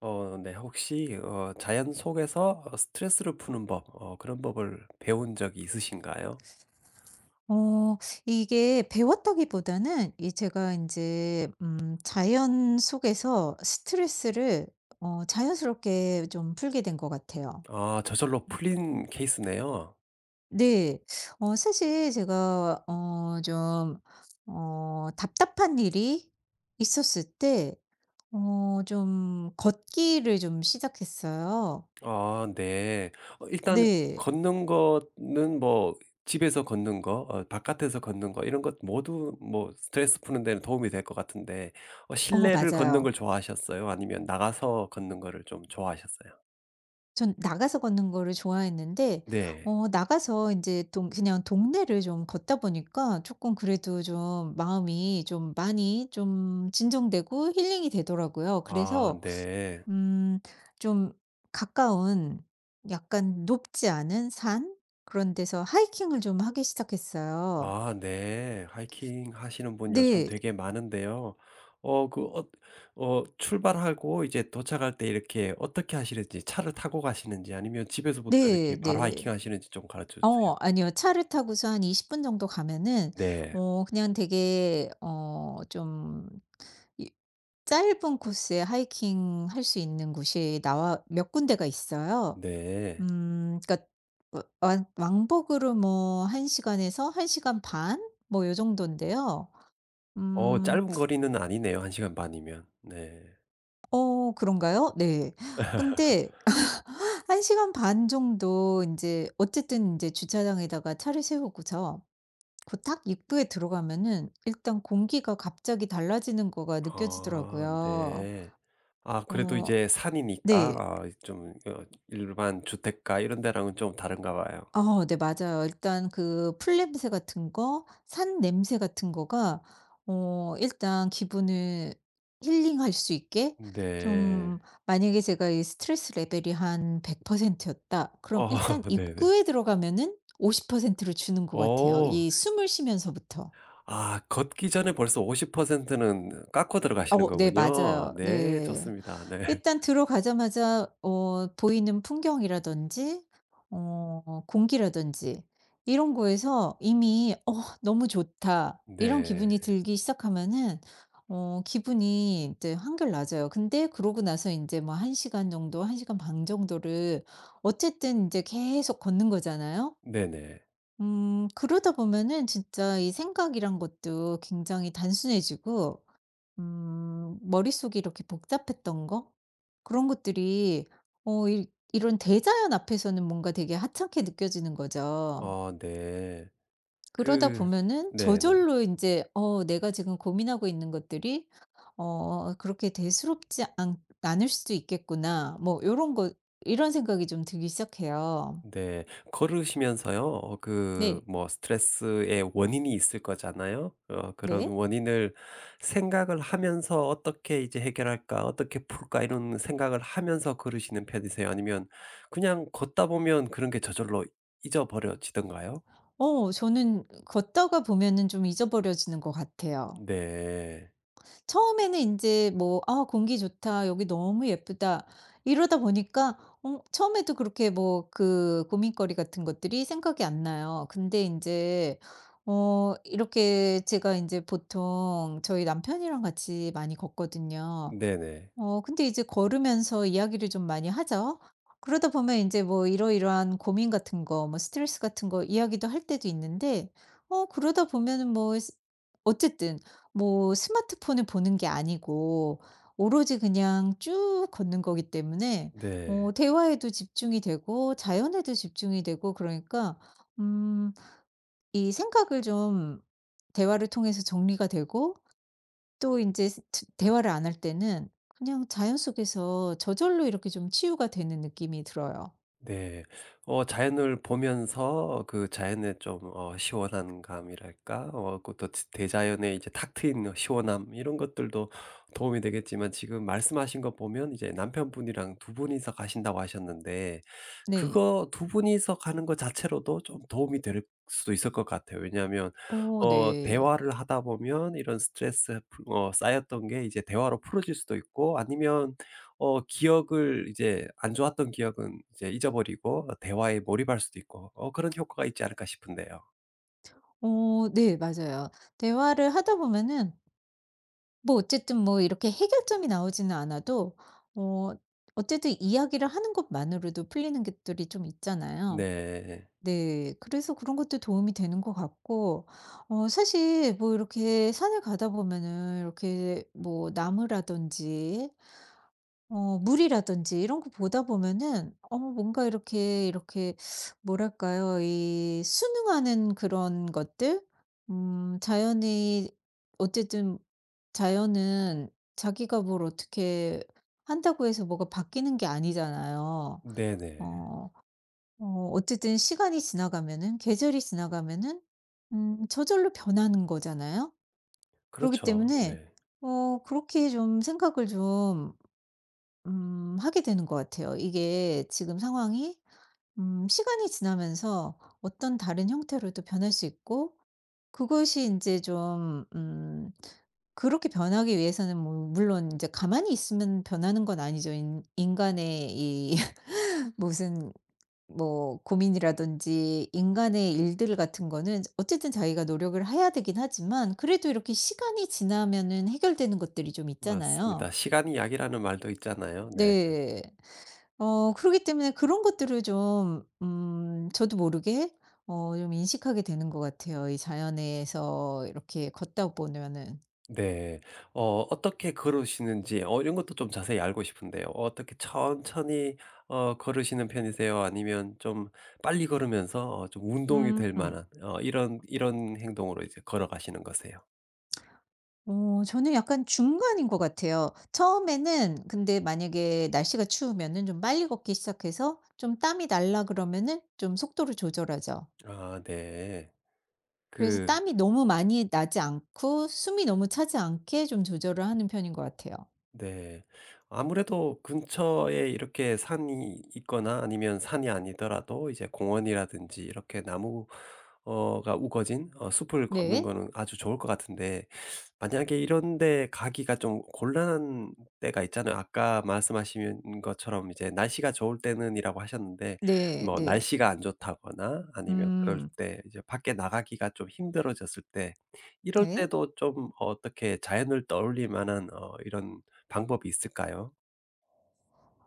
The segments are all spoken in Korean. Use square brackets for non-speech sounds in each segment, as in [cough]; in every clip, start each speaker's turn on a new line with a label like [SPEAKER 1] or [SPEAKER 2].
[SPEAKER 1] 네. 혹시 자연 속에서 스트레스를 푸는 법 그런 법을 배운 적이 있으신가요?
[SPEAKER 2] 어 이게 배웠다기보다는 이 제가 이제 자연 속에서 스트레스를 자연스럽게 좀 풀게 된 것 같아요.
[SPEAKER 1] 아, 저절로 풀린 케이스네요.
[SPEAKER 2] 네. 사실 제가 좀 답답한 일이 있었을 때 좀 걷기를 좀 시작했어요.
[SPEAKER 1] 아, 네. 일단
[SPEAKER 2] 네.
[SPEAKER 1] 걷는 거는 뭐 집에서 걷는 거 바깥에서 걷는 거 이런 것 모두 뭐 스트레스 푸는 데는 도움이 될 것 같은데 실내를 걷는
[SPEAKER 2] 맞아요.
[SPEAKER 1] 걸 좋아하셨어요? 아니면 나가서 걷는 거를 좀 좋아하셨어요?
[SPEAKER 2] 전 나가서 걷는 거를 좋아했는데
[SPEAKER 1] 네.
[SPEAKER 2] 나가서 이제 동 그냥 동네를 좀 걷다 보니까 조금 그래도 좀 마음이 좀 많이 좀 진정되고 힐링이 되더라고요.
[SPEAKER 1] 아,
[SPEAKER 2] 그래서
[SPEAKER 1] 네.
[SPEAKER 2] 음 좀 가까운 약간 높지 않은 산 그런 데서 하이킹을 좀 하기 시작했어요.
[SPEAKER 1] 아, 네. 하이킹 하시는 분 요즘
[SPEAKER 2] 네.
[SPEAKER 1] 되게 많은데요. 어 그 출발하고 이제 도착할 때 이렇게 어떻게 하시는지, 차를 타고 가시는지 아니면 집에서부터 이렇게
[SPEAKER 2] 네,
[SPEAKER 1] 바로
[SPEAKER 2] 네.
[SPEAKER 1] 하이킹 하시는지 좀 가르쳐 주세요.
[SPEAKER 2] 아니요. 차를 타고서 한 20분 정도 가면은
[SPEAKER 1] 네.
[SPEAKER 2] 그냥 되게 어좀 이 짧은 코스에 하이킹 할 수 있는 곳이 나와 몇 군데가 있어요.
[SPEAKER 1] 네.
[SPEAKER 2] 그러니까 와 왕복으로 뭐 1 시간에서 1 시간 반 뭐 요정도인데요. 음
[SPEAKER 1] 짧은 거리는 아니네요. 1 시간 반이면. 네.
[SPEAKER 2] 그런가요? 네.
[SPEAKER 1] [laughs]
[SPEAKER 2] 근데 [laughs] 1 시간 반 정도 이제 어쨌든 이제 주차장에다가 차를 세우고서 그 탁 입구에 들어가면은 일단 공기가 갑자기 달라지는 거가
[SPEAKER 1] 아,
[SPEAKER 2] 느껴지더라고요.
[SPEAKER 1] 네. 아, 그래도
[SPEAKER 2] 어
[SPEAKER 1] 이제
[SPEAKER 2] 네.
[SPEAKER 1] 산이니까 아, 좀 일반 주택가 이런 데랑은 좀 다른가 봐요.
[SPEAKER 2] 네, 맞아요. 일단 그 풀냄새 같은 거 산 냄새 같은 거가 일단 기분을 힐링할 수 있게
[SPEAKER 1] 네.
[SPEAKER 2] 좀, 만약에 제가 이 스트레스 레벨이 한 100% 였다. 그럼
[SPEAKER 1] 어,
[SPEAKER 2] 일단
[SPEAKER 1] [laughs] 네네.
[SPEAKER 2] 입구에 들어가면은 50%를 주는 것 같아요,
[SPEAKER 1] 어.
[SPEAKER 2] 이 숨을 쉬면서부터.
[SPEAKER 1] 아, 걷기 전에 벌써 50%는 깎고 들어가시는
[SPEAKER 2] 네,
[SPEAKER 1] 거군요.
[SPEAKER 2] 맞아요.
[SPEAKER 1] 네,
[SPEAKER 2] 네.
[SPEAKER 1] 좋습니다. 네.
[SPEAKER 2] 일단
[SPEAKER 1] [laughs]
[SPEAKER 2] 들어가자마자 보이는 풍경이라든지 공기라든지 이런 거에서 이미 '어 너무 좋다.' 이런
[SPEAKER 1] 네.
[SPEAKER 2] 기분이 들기 시작하면은 기분이 인제 한결 나아져요. 근데 그러고 나서 인제 뭐 1 시간 정도, 1 시간 반 정도를 어쨌든 인제 계속 걷는 거잖아요.
[SPEAKER 1] 네네.
[SPEAKER 2] 그러다 보면은 진짜 이 생각이란 것도 굉장히 단순해지고 머릿속이 이렇게 복잡했던 거? 그런 것들이 어 이 이런 대자연 앞에서는 뭔가 되게 하찮게 느껴지는 거죠.
[SPEAKER 1] 어 네.
[SPEAKER 2] 그러다
[SPEAKER 1] 그
[SPEAKER 2] 보면은
[SPEAKER 1] 네네.
[SPEAKER 2] 저절로 이제 내가 지금 고민하고 있는 것들이 '그렇게 대수롭지 않 않을 수도 있겠구나.' 뭐 요런 거 이런 생각이 좀 들기 시작해요.
[SPEAKER 1] 네. 걸으시면서요,
[SPEAKER 2] 네.
[SPEAKER 1] 뭐 스트레스의 원인이 있을 거잖아요. 그런
[SPEAKER 2] 네.
[SPEAKER 1] 원인을 생각을 하면서 '어떻게 이제 해결할까? 어떻게 풀까?' 이런 생각을 하면서 걸으시는 편이세요? 아니면 그냥 걷다 보면 그런 게 저절로 잊어버려지던가요?
[SPEAKER 2] 저는 걷다가 보면은 좀 잊어버려지는 것 같아요.
[SPEAKER 1] 네.
[SPEAKER 2] 처음에는 인제 뭐 '아 공기 좋다. 여기 너무 예쁘다.' 이러다 보니까 처음에도 그렇게 뭐 그 고민거리 같은 것들이 생각이 안 나요. 근데 인제 이렇게 제가 인제 보통 저희 남편이랑 같이 많이 걷거든요.
[SPEAKER 1] 네네.
[SPEAKER 2] 근데 이제 걸으면서 이야기를 좀 많이 하죠. 그러다 보면 이제 뭐 이러이러한 고민 같은 거 뭐 스트레스 같은 거 이야기도 할 때도 있는데 그러다 보면은 뭐 스 어쨌든 뭐 스마트폰을 보는 게 아니고 오로지 그냥 쭉 걷는 거기 때문에
[SPEAKER 1] 네.
[SPEAKER 2] 대화에도 집중이 되고 자연에도 집중이 되고 그러니까 음 이 생각을 좀 대화를 통해서 정리가 되고 또 인제 대화를 안 할 때는 그냥 자연 속에서 저절로 이렇게 좀 치유가 되는 느낌이 들어요.
[SPEAKER 1] 네. 자연을 보면서 그 자연의 좀 시원한 감이랄까? 어그 대자연의 이제 탁 트인 시원함 이런 것들도 도움이 되겠지만, 지금 말씀하신 거 보면 이제 남편분이랑 두 분이서 가신다고 하셨는데
[SPEAKER 2] 네.
[SPEAKER 1] 그거 두 분이서 가는 거 자체로도 좀 도움이 될 수도 있을 것 같아요. 왜냐하면
[SPEAKER 2] 네.
[SPEAKER 1] 대화를 하다 보면 이런 스트레스 풀 어 쌓였던 게 이제 대화로 풀어질 수도 있고, 아니면 기억을, 이제 안 좋았던 기억은 이제 잊어버리고 대화에 몰입할 수도 있고, 그런 효과가 있지 않을까 싶은데요.
[SPEAKER 2] 네, 맞아요. 대화를 하다 보면은 뭐 어쨌든 뭐 이렇게 해결점이 나오지는 않아도 어 어쨌든 이야기를 하는 것만으로도 풀리는 것들이 좀 있잖아요.
[SPEAKER 1] 네.
[SPEAKER 2] 네. 그래서 그런 것도 도움이 되는 것 같고 사실 뭐 이렇게 산을 가다 보면은 이렇게 뭐 나무라든지 물이라든지 이런 거 보다 보면은 뭔가 이렇게 뭐랄까요? 이 순응하는 그런 것들? 자연이 어쨌든 자연은 자기가 뭘 어떻게 한다고 해서 뭐가 바뀌는 게 아니잖아요.
[SPEAKER 1] 네네.
[SPEAKER 2] 어 어쨌든 시간이 지나가면은 계절이 지나가면은 저절로 변하는 거잖아요. 그러기
[SPEAKER 1] 그렇죠.
[SPEAKER 2] 때문에
[SPEAKER 1] 네.
[SPEAKER 2] 그렇게 좀 생각을 좀 하게 되는 것 같아요. 이게 지금 상황이 시간이 지나면서 어떤 다른 형태로도 변할 수 있고 그것이 이제 좀 그렇게 변하기 위해서는 뭐 물론 이제 가만히 있으면 변하는 건 아니죠. 인 인간의 이 [laughs] 무슨 뭐 고민이라든지 인간의 일들 같은 거는 어쨌든 자기가 노력을 해야 되긴 하지만 그래도 이렇게 시간이 지나면은 해결되는 것들이 좀 있잖아요.
[SPEAKER 1] 맞습니다. 시간이 약이라는 말도 있잖아요. 네.
[SPEAKER 2] 네. 그러기 때문에 그런 것들을 좀 저도 모르게 좀 인식하게 되는 것 같아요, 이 자연에서 이렇게 걷다 보면은.
[SPEAKER 1] 네. 어떻게 걸으시는지 이런 것도 좀 자세히 알고 싶은데요. 어떻게 천천히 걸으시는 편이세요? 아니면 좀 빨리 걸으면서 좀 운동이
[SPEAKER 2] 음.
[SPEAKER 1] 될
[SPEAKER 2] 음.
[SPEAKER 1] 만한 이런 행동으로 이제 걸어가시는 거세요?
[SPEAKER 2] 저는 약간 중간인 것 같아요. 처음에는, 근데 만약에 날씨가 추우면은 좀 빨리 걷기 시작해서 좀 땀이 날라 그러면은 좀 속도를 조절하죠.
[SPEAKER 1] 아, 네.
[SPEAKER 2] 그래서
[SPEAKER 1] 그
[SPEAKER 2] 땀이 너무 많이 나지 않고 숨이 너무 차지 않게 좀 조절을 하는 편인 것 같아요.
[SPEAKER 1] 네. 아무래도 근처에 이렇게 산이 있거나 아니면 산이 아니더라도 이제 공원이라든지 이렇게 나무 어가 우거진 숲을 걷는
[SPEAKER 2] 네.
[SPEAKER 1] 거는 아주 좋을 것 같은데, 만약에 이런 데 가기가 좀 곤란한 때가 있잖아요. 아까 말씀하신 것처럼 이제 날씨가 좋을 때는이라고 하셨는데,
[SPEAKER 2] 네,
[SPEAKER 1] 뭐
[SPEAKER 2] 네.
[SPEAKER 1] 날씨가 안 좋다거나 아니면 그럴
[SPEAKER 2] 음.
[SPEAKER 1] 때 이제 밖에 나가기가 좀 힘들어졌을 때, 이럴
[SPEAKER 2] 네.
[SPEAKER 1] 때도 좀 어떻게 자연을 떠올릴 만한 이런 방법이 있을까요?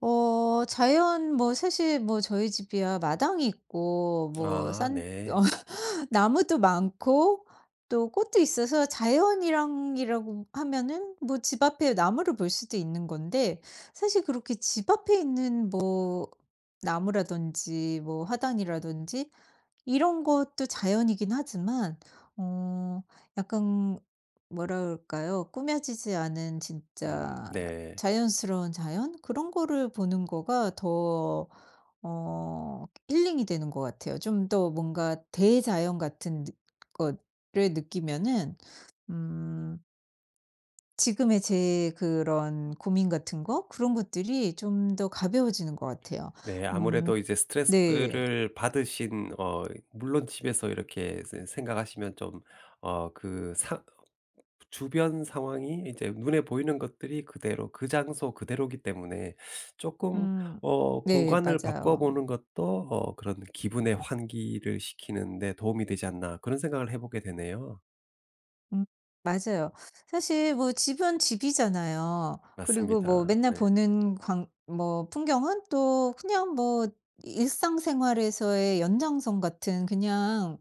[SPEAKER 2] 자연 뭐 사실 뭐 저희 집이야 마당이 있고 뭐
[SPEAKER 1] 아,
[SPEAKER 2] 산 [laughs]
[SPEAKER 1] 네.
[SPEAKER 2] 어 나무도 많고 또 꽃도 있어서 자연이랑이라고 하면은 뭐 집 앞에 나무를 볼 수도 있는 건데, 사실 그렇게 집 앞에 있는 뭐 나무라든지 뭐 화단이라든지 이런 것도 자연이긴 하지만 어 약간 뭐라 그럴까요? 꾸며지지 않은
[SPEAKER 1] 음,
[SPEAKER 2] 진짜
[SPEAKER 1] 네.
[SPEAKER 2] 자연스러운 자연? 그런 거를 보는 거가 더 힐링이 되는 것 같아요. 좀 더 뭔가 대자연 같은 느 거를 느끼면은 음 지금의 제 그런 고민 같은 거 그런 것들이 좀 더 가벼워지는 것 같아요.
[SPEAKER 1] 네,
[SPEAKER 2] 음.
[SPEAKER 1] 아무래도 이제
[SPEAKER 2] 네.
[SPEAKER 1] 스트레스를 받으신 물론 집에서 이렇게 세 생각하시면 좀 어 그 사 주변 상황이 이제 눈에 보이는 것들이 그대로 그 장소 그대로기 때문에 조금
[SPEAKER 2] 음. 네,
[SPEAKER 1] 공간을 바꿔
[SPEAKER 2] 맞아요.
[SPEAKER 1] 보는 것도 그런 '기분의 환기를 시키는 데 도움이 되지 않나.' 그런 생각을 해 보게 되네요.
[SPEAKER 2] 음. 맞아요. 사실 뭐 집은 집이잖아요. 그리고 뭐
[SPEAKER 1] 맞습니다.
[SPEAKER 2] 맨날
[SPEAKER 1] 네.
[SPEAKER 2] 보는 광 뭐 풍경은 또 그냥 뭐 일상생활에서의 연장선 같은, 그냥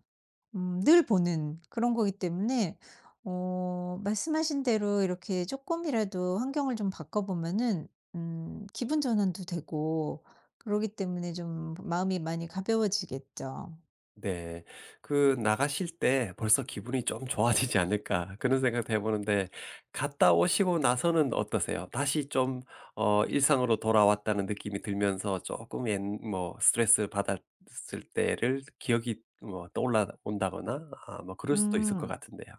[SPEAKER 2] 늘 보는 그런 거기 때문에 말씀하신 대로 이렇게 조금이라도 환경을 좀 바꿔 보면은 기분 전환도 되고 그러기 때문에 좀 마음이 많이 가벼워지겠죠.
[SPEAKER 1] 네. 그 '나가실 때 벌써 기분이 좀 좋아지지 않을까.' 그런 생각도 해 보는데, 갔다 오시고 나서는 어떠세요? 다시 좀 일상으로 돌아왔다는 느낌이 들면서 조금 옛 뭐 스트레스 받았을 때를 기억이 뭐 떠올라 온다거나 아 뭐 그럴 수도 있을 것
[SPEAKER 2] 음.
[SPEAKER 1] 같은데요.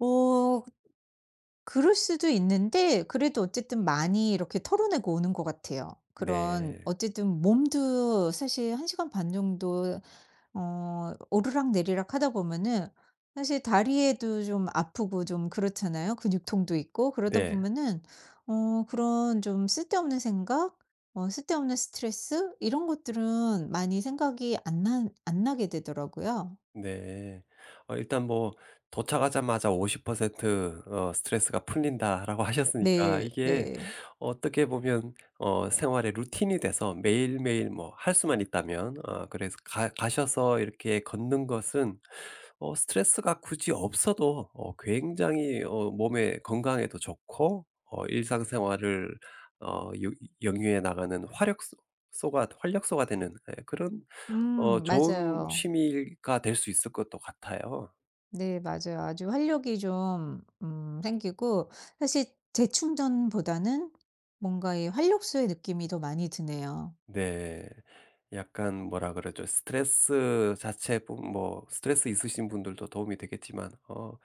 [SPEAKER 2] 어 그럴 수도 있는데 그래도 어쨌든 많이 이렇게 털어내고 오는 것 같아요. 그런,
[SPEAKER 1] 네.
[SPEAKER 2] 어쨌든 몸도 사실 1 시간 반 정도 오르락내리락 하다 보면은 사실 다리에도 좀 아프고 좀 그렇잖아요. 근육통도 있고 그러다
[SPEAKER 1] 네.
[SPEAKER 2] 보면은 그런 좀 쓸데없는 생각, 쓸데없는 스트레스 이런 것들은 많이 생각이 안 나게 되더라고요.
[SPEAKER 1] 네. 일단 뭐 도착하자마자 50%어 "스트레스가 풀린다."라고 [laughs] 하셨으니까,
[SPEAKER 2] 네,
[SPEAKER 1] 이게
[SPEAKER 2] 네.
[SPEAKER 1] 어떻게 보면 생활의 루틴이 돼서 매일매일 뭐 할 수만 있다면 그래서 가 가셔서 이렇게 걷는 것은 스트레스가 굳이 없어도 굉장히 몸의 건강에도 좋고, 일상생활을 어 유 영위해 나가는 화력소 소가 활력소가 되는, 예, 그런
[SPEAKER 2] 음.
[SPEAKER 1] 좋은
[SPEAKER 2] 맞아요.
[SPEAKER 1] 취미가 될 수 있을 것도 같아요.
[SPEAKER 2] 네, 맞아요. 아주 활력이 좀 생기고 사실 재충전보다는 뭔가 이 활력소의 느낌이 더 많이 드네요.
[SPEAKER 1] 네. 약간 뭐라 그러죠? 스트레스 자체 뿐 뭐 스트레스 있으신 분들도 도움이 되겠지만,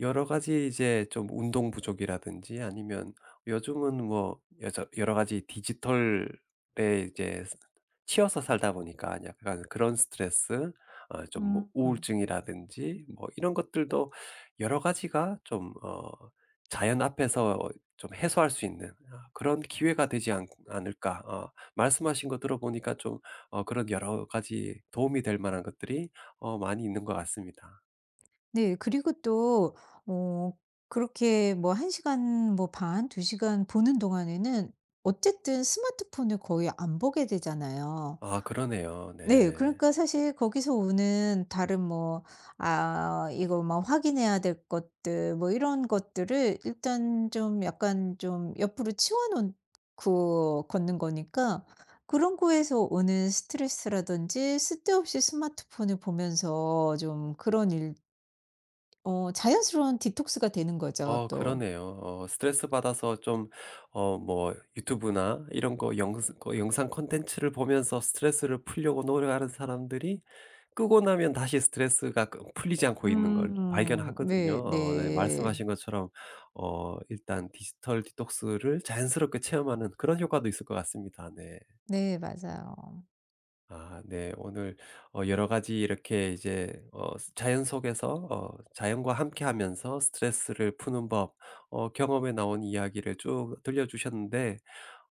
[SPEAKER 1] 여러 가지 이제 좀 운동 부족이라든지 아니면 요즘은 뭐여 여러 가지 디지털에 이제 치여서 살다 보니까 약간 그런 스트레스, 어, 좀뭐
[SPEAKER 2] 음.
[SPEAKER 1] 우울증이라든지 뭐 이런 것들도 여러 가지가 좀 어, 자연 앞에서 좀 해소할 수 있는 아, 그런 기회가 되지 않을까. 어, 말씀하신 거 들어보니까 좀 그런 여러 가지 도움이 될 만한 것들이 많이 있는 것 같습니다.
[SPEAKER 2] 네. 그리고 또 어 그렇게 뭐 1 시간 뭐 반, 2 시간 보는 동안에는 어쨌든 스마트폰을 거의 안 보게 되잖아요.
[SPEAKER 1] 아, 그러네요.
[SPEAKER 2] 네.
[SPEAKER 1] 네.
[SPEAKER 2] 그러니까 사실 거기서 오는 다른 뭐 아 이거 막 확인해야 될 것들 뭐 이런 것들을 일단 좀 약간 좀 옆으로 치워 놓고 걷는 거니까 그런 거에서 오는 스트레스라든지 쓸데없이 스마트폰을 보면서 좀 그런 일, 자연스러운 디톡스가 되는 거죠
[SPEAKER 1] 어,
[SPEAKER 2] 또.
[SPEAKER 1] 그러네요. 어, 스트레스 받아서 좀 뭐 유튜브나 이런 거 영 거 영상 콘텐츠를 보면서 스트레스를 풀려고 노력하는 사람들이 끄고 나면 다시 스트레스가 풀리지 않고 있는 걸
[SPEAKER 2] 음.
[SPEAKER 1] 발견하거든요.
[SPEAKER 2] 네,
[SPEAKER 1] 어, 네,
[SPEAKER 2] 네.
[SPEAKER 1] 말씀하신 것처럼 일단 디지털 디톡스를 자연스럽게 체험하는 그런 효과도 있을 것 같습니다. 네.
[SPEAKER 2] 네, 맞아요.
[SPEAKER 1] 아, 네. 오늘 여러 가지 이렇게 이제 어 스 자연 속에서 자연과 함께하면서 스트레스를 푸는 법, 경험에 나온 이야기를 쭉 들려주셨는데,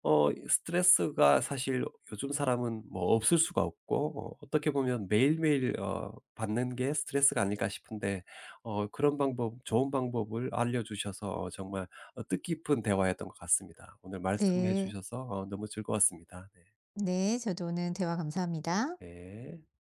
[SPEAKER 1] 이 스트레스가 사실 요즘 사람은 뭐 없을 수가 없고, 어떻게 보면 매일매일 받는 게 스트레스가 아닐까 싶은데, 그런 방법, 좋은 방법을 알려주셔서 정말 뜻깊은 대화였던 것 같습니다. 오늘 말씀해
[SPEAKER 2] 네.
[SPEAKER 1] 주셔서 너무 즐거웠습니다. 네.
[SPEAKER 2] 네, 저도 오늘 대화 감사합니다.
[SPEAKER 1] 네.